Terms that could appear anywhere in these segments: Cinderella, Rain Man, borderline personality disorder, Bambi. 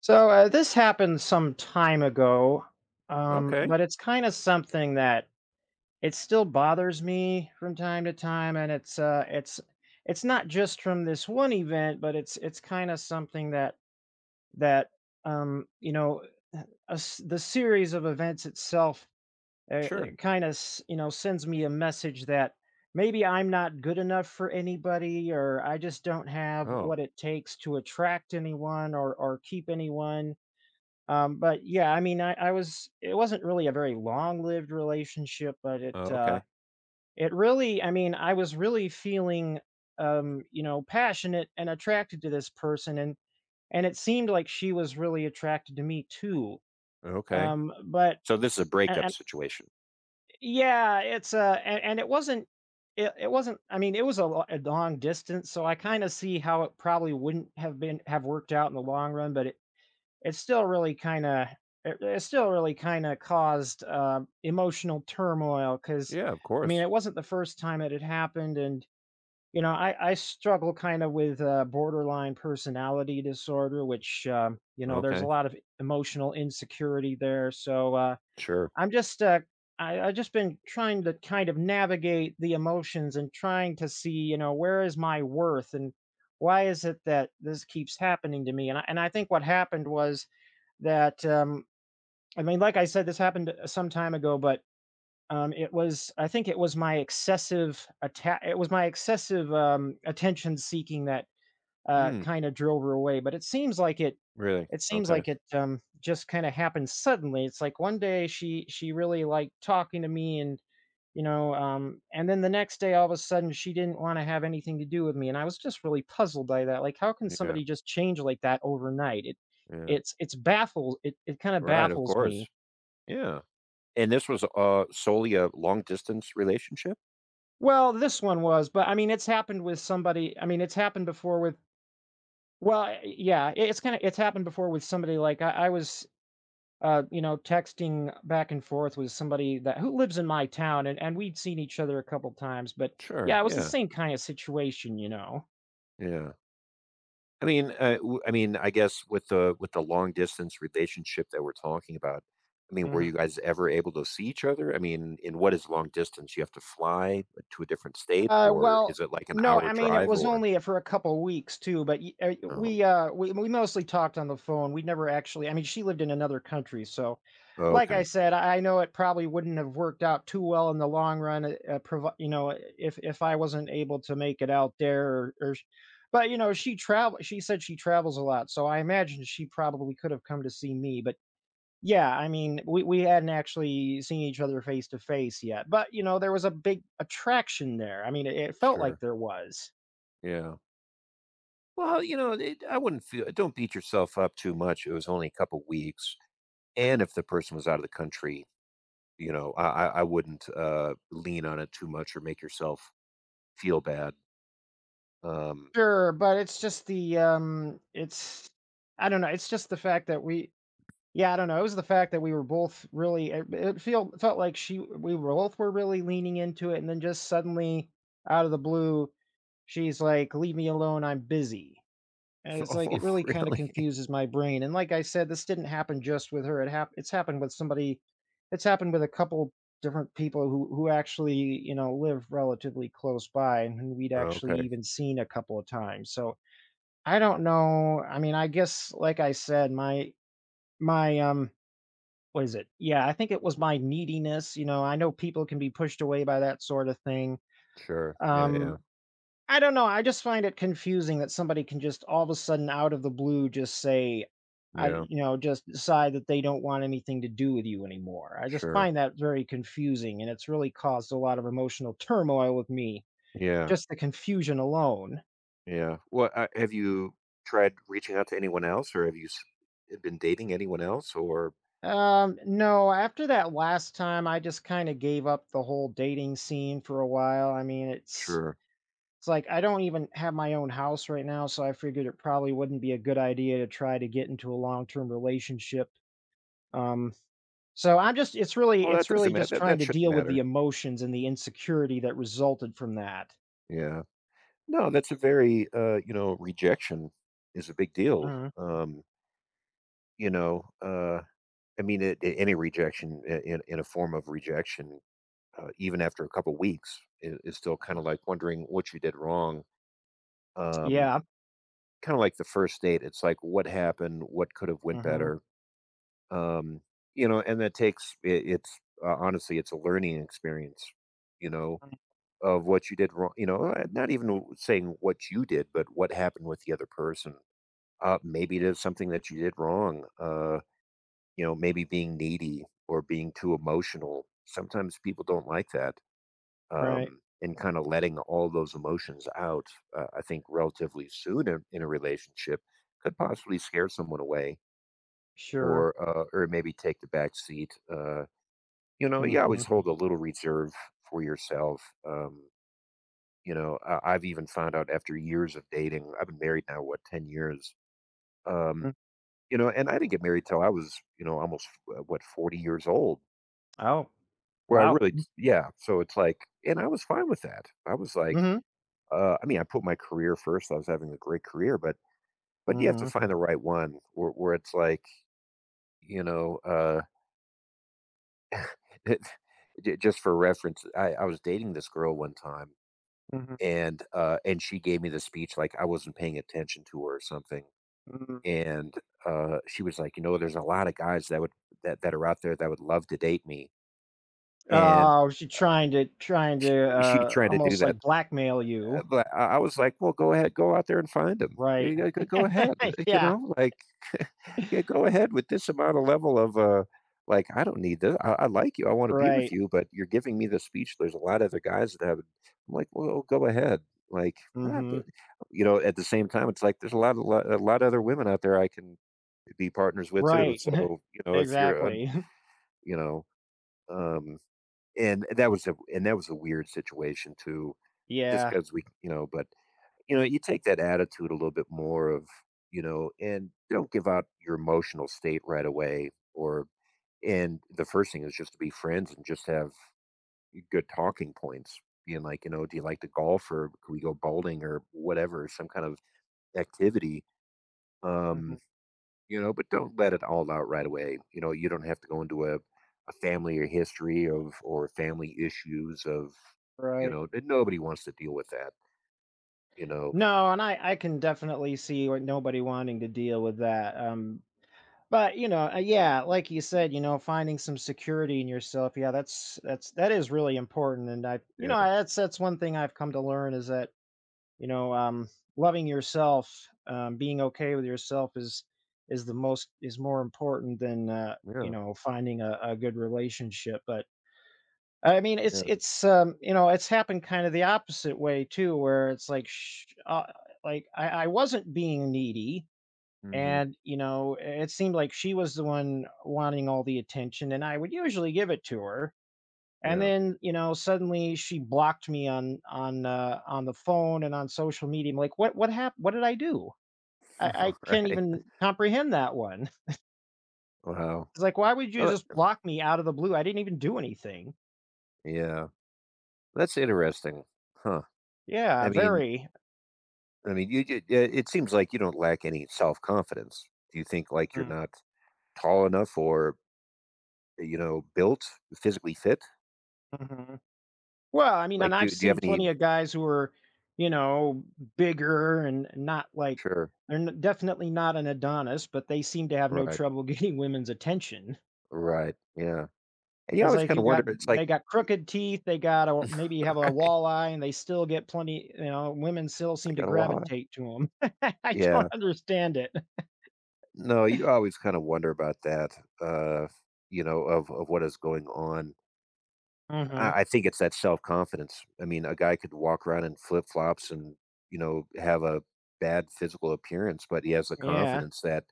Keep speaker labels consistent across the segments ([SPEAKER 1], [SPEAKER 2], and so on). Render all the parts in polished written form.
[SPEAKER 1] So this happened some time ago,
[SPEAKER 2] Okay,
[SPEAKER 1] but it's kind of something that it still bothers me from time to time, and it's not just from this one event, but it's kind of something that that you know a s the series of events itself uh,
[SPEAKER 2] sure.
[SPEAKER 1] kind of sends me a message that maybe I'm not good enough for anybody, or I just don't have
[SPEAKER 2] Oh,
[SPEAKER 1] what it takes to attract anyone or keep anyone. But yeah, I mean, I, wasn't really a very long-lived relationship, but it uh
[SPEAKER 2] okay,
[SPEAKER 1] it really, I mean, I was really feeling you know, passionate and attracted to this person and it seemed like she was really attracted to me too.
[SPEAKER 2] okay.
[SPEAKER 1] But
[SPEAKER 2] So this is a breakup
[SPEAKER 1] and
[SPEAKER 2] situation.
[SPEAKER 1] Yeah, it's and it wasn't it wasn't, I mean, it was a long distance, so I kind of see how it probably wouldn't have been have worked out in the long run, but it still really kind of it still really kind of caused emotional turmoil, because
[SPEAKER 2] Yeah, of
[SPEAKER 1] I mean
[SPEAKER 2] course.
[SPEAKER 1] it wasn't the first time it had happened. And you know, I struggle kind of with borderline personality disorder, which you know, there's a
[SPEAKER 2] Okay,
[SPEAKER 1] lot of emotional insecurity there. So
[SPEAKER 2] sure.
[SPEAKER 1] i'm just uh, I've just been trying to kind of navigate the emotions and trying to see, you know, where is my worth, and why is it that this keeps happening to me? And I think what happened was that, I mean, like I said, this happened some time ago, but, it was, I think it was my excessive atta it was my excessive, attention seeking that,
[SPEAKER 2] Hmm,
[SPEAKER 1] kinda drove her away, but it seems like it
[SPEAKER 2] really?
[SPEAKER 1] it seems
[SPEAKER 2] Okay.
[SPEAKER 1] like it, just kinda happened suddenly. It's like one day she really liked talking to me, and you know, um, and then the next day, all of a sudden, she didn't want to have anything to do with me, and I was just really puzzled by that. Like, how can
[SPEAKER 2] Yeah,
[SPEAKER 1] somebody just change like that overnight? it
[SPEAKER 2] yeah.
[SPEAKER 1] it's it's baffles it, it kind of
[SPEAKER 2] Right, of
[SPEAKER 1] baffles me.
[SPEAKER 2] course. Yeah. And this was solely a long distance relationship?
[SPEAKER 1] Well, this one was, but I mean, it's happened with somebody. I mean, it's happened before with it's kind of, it's happened before with somebody. Like I was you know, texting back and forth with somebody that who lives in my town, and we'd seen each other a couple times, but yeah,
[SPEAKER 2] Sure.
[SPEAKER 1] it was the
[SPEAKER 2] Yeah.
[SPEAKER 1] same kind of situation, you know.
[SPEAKER 2] Yeah. I mean, I mean, I guess with the long distance relationship that we're talking about, I mean, were you
[SPEAKER 1] Mhm.
[SPEAKER 2] guys ever able to see each other? I mean, in what is long distance? You have to fly to a different state,
[SPEAKER 1] Uh,
[SPEAKER 2] or
[SPEAKER 1] well,
[SPEAKER 2] is it like an
[SPEAKER 1] no,
[SPEAKER 2] hour
[SPEAKER 1] I mean, it
[SPEAKER 2] drive?
[SPEAKER 1] was
[SPEAKER 2] Or
[SPEAKER 1] only for a couple weeks too, but y- uh,
[SPEAKER 2] Oh,
[SPEAKER 1] we uh we we mostly talked on the phone. We never actually, I mean, she lived in another country, so
[SPEAKER 2] oh,
[SPEAKER 1] like I
[SPEAKER 2] okay,
[SPEAKER 1] said, I know it probably wouldn't have worked out too well in the long run, you know, if I wasn't able to make it out there, but you know, she said she travels a lot, so I imagine she probably could have come to see me. But yeah, I mean, we hadn't actually seen each other face to face yet, but, you know, there was a big attraction there. I mean, it felt like
[SPEAKER 2] sure,
[SPEAKER 1] there was.
[SPEAKER 2] yeah. Well, I wouldn't feel. Don't beat yourself up too much. It was only a couple weeks, and if the person was out of the country, I wouldn't lean on it too much or make yourself feel bad. Um,
[SPEAKER 1] Sure, but it's just the, it's I don't know, it's just the fact that we, yeah, I don't know, it was the fact that we were both really it it feel felt like she we were both were really leaning into it, and then just suddenly, out of the blue, she's like, "Leave me alone, I'm busy." And it's like, it
[SPEAKER 2] oh,
[SPEAKER 1] really kind of
[SPEAKER 2] really?
[SPEAKER 1] confuses my brain. And like I said, this didn't happen just with her. It's happened with somebody. It's happened with a couple different people who actually, you know, live relatively close by and who we'd
[SPEAKER 2] Oh,
[SPEAKER 1] actually
[SPEAKER 2] okay.
[SPEAKER 1] even seen a couple of times. So I don't know. I mean, I guess like I said, my, what is it? Yeah, I think it was my neediness. You know, I know people can be pushed away by that sort of thing.
[SPEAKER 2] Sure. Yeah, yeah.
[SPEAKER 1] Um, I don't know, I just find it confusing that somebody can just all of a sudden, out of the blue, just say,
[SPEAKER 2] Yeah.
[SPEAKER 1] just decide that they don't want anything to do with you anymore. I just
[SPEAKER 2] Sure.
[SPEAKER 1] find that very confusing, and it's really caused a lot of emotional turmoil with me,
[SPEAKER 2] Yeah.
[SPEAKER 1] just the confusion alone.
[SPEAKER 2] Yeah. Well, have you tried reaching out to anyone else or have you been dating anyone else or.
[SPEAKER 1] No, after that last time, I just kind of gave up the whole dating scene for a while. I mean, it's
[SPEAKER 2] Sure.
[SPEAKER 1] it's like I don't even have my own house right now, so I figured it probably wouldn't be a good idea to try to get into a long-term relationship. Um, so I'm just, it's really,
[SPEAKER 2] Well, that
[SPEAKER 1] it's
[SPEAKER 2] doesn't
[SPEAKER 1] really
[SPEAKER 2] matter.
[SPEAKER 1] just
[SPEAKER 2] That,
[SPEAKER 1] trying
[SPEAKER 2] that
[SPEAKER 1] to
[SPEAKER 2] shouldn't
[SPEAKER 1] deal with the
[SPEAKER 2] matter.
[SPEAKER 1] emotions and the insecurity that resulted from that.
[SPEAKER 2] Yeah. No, that's a very rejection is a big deal.
[SPEAKER 1] Mhm.
[SPEAKER 2] Um, you know, uh I mean any rejection in a form of rejection even after a couple weeks is still kind of like wondering what you did wrong. Um
[SPEAKER 1] Yeah.
[SPEAKER 2] Kinda like the first date, it's like, what happened? What could have went
[SPEAKER 1] Mhm.
[SPEAKER 2] better? Um, and that takes it's, honestly, it's a learning experience, you know, of what you did wrong not even saying what you did, but what happened with the other person. Maybe it is something that you did wrong, maybe being needy or being too emotional. Sometimes people don't like that
[SPEAKER 1] Right.
[SPEAKER 2] and kind of letting all those emotions out, I think relatively soon in a relationship could possibly scare someone away
[SPEAKER 1] Sure.
[SPEAKER 2] or maybe take the back seat. You always
[SPEAKER 1] Mhm.
[SPEAKER 2] hold a little reserve for yourself. Um, I've even found out after years of dating, I've been married now, what, 10 years? Um,
[SPEAKER 1] Mm.
[SPEAKER 2] and I didn't get married till I was, almost, what, 40 years old,
[SPEAKER 1] Oh,
[SPEAKER 2] where I
[SPEAKER 1] wow.
[SPEAKER 2] really, yeah. So it's like, and I was fine with that. I was like,
[SPEAKER 1] Mhm.
[SPEAKER 2] I mean, I put my career first. I was having a great career, but you have to
[SPEAKER 1] Mhm.
[SPEAKER 2] find the right one where, it's like you know. Uh, just for reference, I was dating this girl one time,
[SPEAKER 1] Mhm.
[SPEAKER 2] and and she gave me the speech like I wasn't paying attention to her or something,
[SPEAKER 1] Mm.
[SPEAKER 2] and she was like, there's a lot of guys that are out there that would love to date me, and
[SPEAKER 1] Oh, she trying to trying to
[SPEAKER 2] she tried to do
[SPEAKER 1] almost
[SPEAKER 2] that
[SPEAKER 1] like blackmail you,
[SPEAKER 2] but I was like, well, go ahead, go out there and find him.
[SPEAKER 1] right?
[SPEAKER 2] You know, go ahead,
[SPEAKER 1] Yeah,
[SPEAKER 2] like, yeah, go ahead with this amount of level of, like, I don't need this. I like you. I want to be with
[SPEAKER 1] right.
[SPEAKER 2] you, but you're giving me the speech. There's a lot of other guys that have. I'm like, well, go ahead. Like, ah, d-
[SPEAKER 1] Mhm.
[SPEAKER 2] at the same time, it's like there's a lot of other women out there I can be partners with too.
[SPEAKER 1] Right.
[SPEAKER 2] So if you're,
[SPEAKER 1] Exactly.
[SPEAKER 2] you know, um, and that was a weird situation too, just
[SPEAKER 1] Yeah.
[SPEAKER 2] because we, but you take that attitude a little bit more of, and don't give out your emotional state right away or and the first thing is just to be friends and just have good talking points. Being like, do you like to golf or can we go bowling or whatever, some kind of activity. Um,
[SPEAKER 1] Mhm.
[SPEAKER 2] but don't let it all out right away. You don't have to go into a family or history of or family issues of,
[SPEAKER 1] Right.
[SPEAKER 2] that nobody wants to deal with that, you know.
[SPEAKER 1] No, and I can definitely see what nobody wanting to deal with that. But you know, yeah, like you said, you know, finding some security in yourself. Yeah, that's that is really important. And I, you know,
[SPEAKER 2] Yeah,
[SPEAKER 1] that's one thing I've come to learn, is that you know, loving yourself, being okay with yourself is the most is more important than you
[SPEAKER 2] yeah,
[SPEAKER 1] know, finding a good relationship. But I mean,
[SPEAKER 2] yeah.
[SPEAKER 1] it's, you know, it's happened kind of the opposite way too, where it's like, sh like I wasn't being needy,
[SPEAKER 2] Hmm.
[SPEAKER 1] and, you know, it seemed like she was the one wanting all the attention, and I would usually give it to her, and
[SPEAKER 2] Yeah.
[SPEAKER 1] then, you know, suddenly she blocked me on the phone and on social media. I'm like, what happened? What did I do?" I can't
[SPEAKER 2] Right.
[SPEAKER 1] even comprehend that one.
[SPEAKER 2] Wow.
[SPEAKER 1] It's like, "Why would you
[SPEAKER 2] Uh,
[SPEAKER 1] just block me out of the blue? I didn't even do anything."
[SPEAKER 2] yeah. That's interesting. Huh.
[SPEAKER 1] Yeah,
[SPEAKER 2] I mean
[SPEAKER 1] very.
[SPEAKER 2] I mean, you ju yeah, it seems like you don't lack any self-confidence. Do you think, like, you're
[SPEAKER 1] Mm,
[SPEAKER 2] not tall enough or, built, physically fit?
[SPEAKER 1] mhm. Well, I mean, and
[SPEAKER 2] Like, do
[SPEAKER 1] I've
[SPEAKER 2] do you have
[SPEAKER 1] seen
[SPEAKER 2] any.
[SPEAKER 1] plenty of guys who are, you know, bigger and not like
[SPEAKER 2] Sure.
[SPEAKER 1] they're definitely not an Adonis, but they seem to have no
[SPEAKER 2] Right.
[SPEAKER 1] trouble getting women's attention.
[SPEAKER 2] Right. Yeah. And you
[SPEAKER 1] It's
[SPEAKER 2] always
[SPEAKER 1] like
[SPEAKER 2] kinda
[SPEAKER 1] you
[SPEAKER 2] wonder,
[SPEAKER 1] got
[SPEAKER 2] it's like.
[SPEAKER 1] they got crooked teeth, they got a, maybe have a
[SPEAKER 2] Right.
[SPEAKER 1] walleye, and they still get plenty. You know, women still
[SPEAKER 2] It's
[SPEAKER 1] seem to
[SPEAKER 2] like, "Oh, why?"
[SPEAKER 1] gravitate to them. I don't
[SPEAKER 2] Yeah.
[SPEAKER 1] understand it.
[SPEAKER 2] No, you always kinda wonder about that, uh, of what is going on.
[SPEAKER 1] Hmm.
[SPEAKER 2] I think it's that self confidence. I mean, a guy could walk around in flip flops and have a bad physical appearance, but he has the
[SPEAKER 1] Yeah,
[SPEAKER 2] confidence that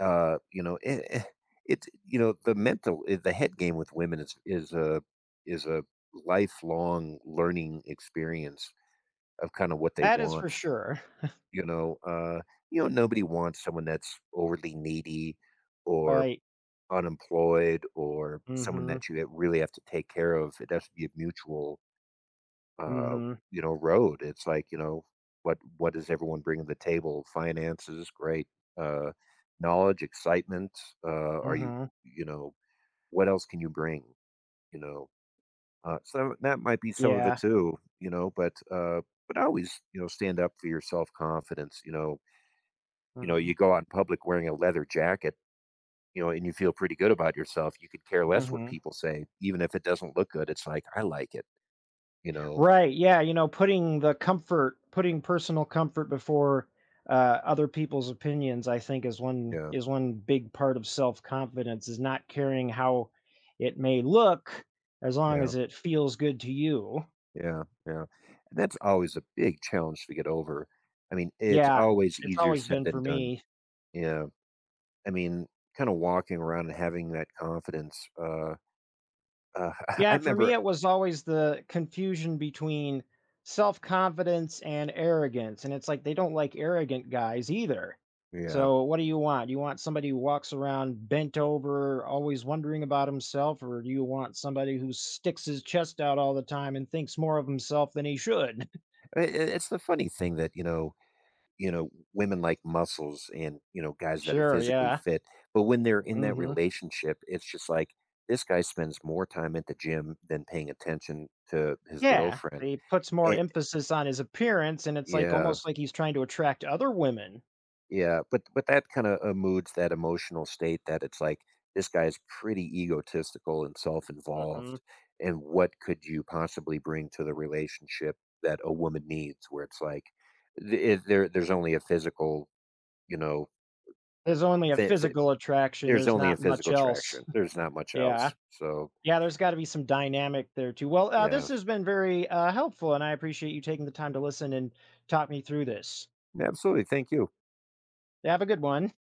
[SPEAKER 2] uh, you know eh, eh, it's the head game with women is a lifelong learning experience of kind of what they
[SPEAKER 1] that is
[SPEAKER 2] want.
[SPEAKER 1] for sure.
[SPEAKER 2] You know, uh, nobody wants someone that's overly needy or
[SPEAKER 1] Right.
[SPEAKER 2] unemployed or someone
[SPEAKER 1] Mm-hmm.
[SPEAKER 2] that you really have to take care of. It has to be a mutual uh,
[SPEAKER 1] Mm-hmm.
[SPEAKER 2] road. It's like, what does everyone bring to the table? Finances, great. Uh, knowledge, excitement. Are you,
[SPEAKER 1] Mm-hmm.
[SPEAKER 2] you know, what else can you bring? You know, so that might be some of it
[SPEAKER 1] Yeah.
[SPEAKER 2] too. But always, stand up for your self confidence.
[SPEAKER 1] Mm-hmm.
[SPEAKER 2] You go out in public wearing a leather jacket. And you feel pretty good about yourself. You could care less what people say, even if it doesn't look good. It's like I like it. You know,
[SPEAKER 1] Right. Yeah. You know, putting the comfort, putting personal comfort before other people's opinions, I think,
[SPEAKER 2] yeah,
[SPEAKER 1] is one big part of self confidence. Is not caring how it may look, as long
[SPEAKER 2] yeah.
[SPEAKER 1] as it feels good to you.
[SPEAKER 2] Yeah, yeah. And that's always a big challenge to get over. I mean, it's
[SPEAKER 1] Yeah,
[SPEAKER 2] always
[SPEAKER 1] it's
[SPEAKER 2] easier
[SPEAKER 1] always
[SPEAKER 2] said
[SPEAKER 1] been
[SPEAKER 2] than
[SPEAKER 1] for
[SPEAKER 2] done.
[SPEAKER 1] me.
[SPEAKER 2] Yeah. I mean, kind of walking around and having that confidence. Uh, I
[SPEAKER 1] Yeah, for me,
[SPEAKER 2] remember.
[SPEAKER 1] it was always the confusion between self confidence and arrogance. And it's like they don't like arrogant guys either.
[SPEAKER 2] Yeah,
[SPEAKER 1] So, what do you want? You want somebody who walks around bent over, always wondering about himself, or do you want somebody who sticks his chest out all the time and thinks more of himself than he should?
[SPEAKER 2] it's the funny thing that women like muscles and guys that are
[SPEAKER 1] Sure,
[SPEAKER 2] physically
[SPEAKER 1] yeah.
[SPEAKER 2] fit. But when they're in that
[SPEAKER 1] Hmm.
[SPEAKER 2] relationship, it's just like this guy spends more time at the gym than paying attention to his
[SPEAKER 1] Yeah,
[SPEAKER 2] girlfriend.
[SPEAKER 1] he puts more
[SPEAKER 2] It,
[SPEAKER 1] emphasis on his appearance, and it's like
[SPEAKER 2] yeah,
[SPEAKER 1] almost like he's trying to attract other women.
[SPEAKER 2] yeah, but that kinda, moods that emotional state that it's like, this guy's pretty egotistical and
[SPEAKER 1] Hmm.
[SPEAKER 2] self-involved, and what could you possibly bring to the relationship that a woman needs? Where it's like, the I there there's only a physical, you know,
[SPEAKER 1] There's only a
[SPEAKER 2] th th
[SPEAKER 1] physical attraction,
[SPEAKER 2] there's
[SPEAKER 1] there's
[SPEAKER 2] only a
[SPEAKER 1] not much
[SPEAKER 2] physical
[SPEAKER 1] else.
[SPEAKER 2] attraction, there's not much
[SPEAKER 1] Yeah.
[SPEAKER 2] else, so,
[SPEAKER 1] Yeah, there's gotta be some dynamic there too. Well, this
[SPEAKER 2] yeah.
[SPEAKER 1] has been very, helpful, and I appreciate you taking the time to listen and talk me through this.
[SPEAKER 2] Absolutely, thank you.
[SPEAKER 1] Have a good one.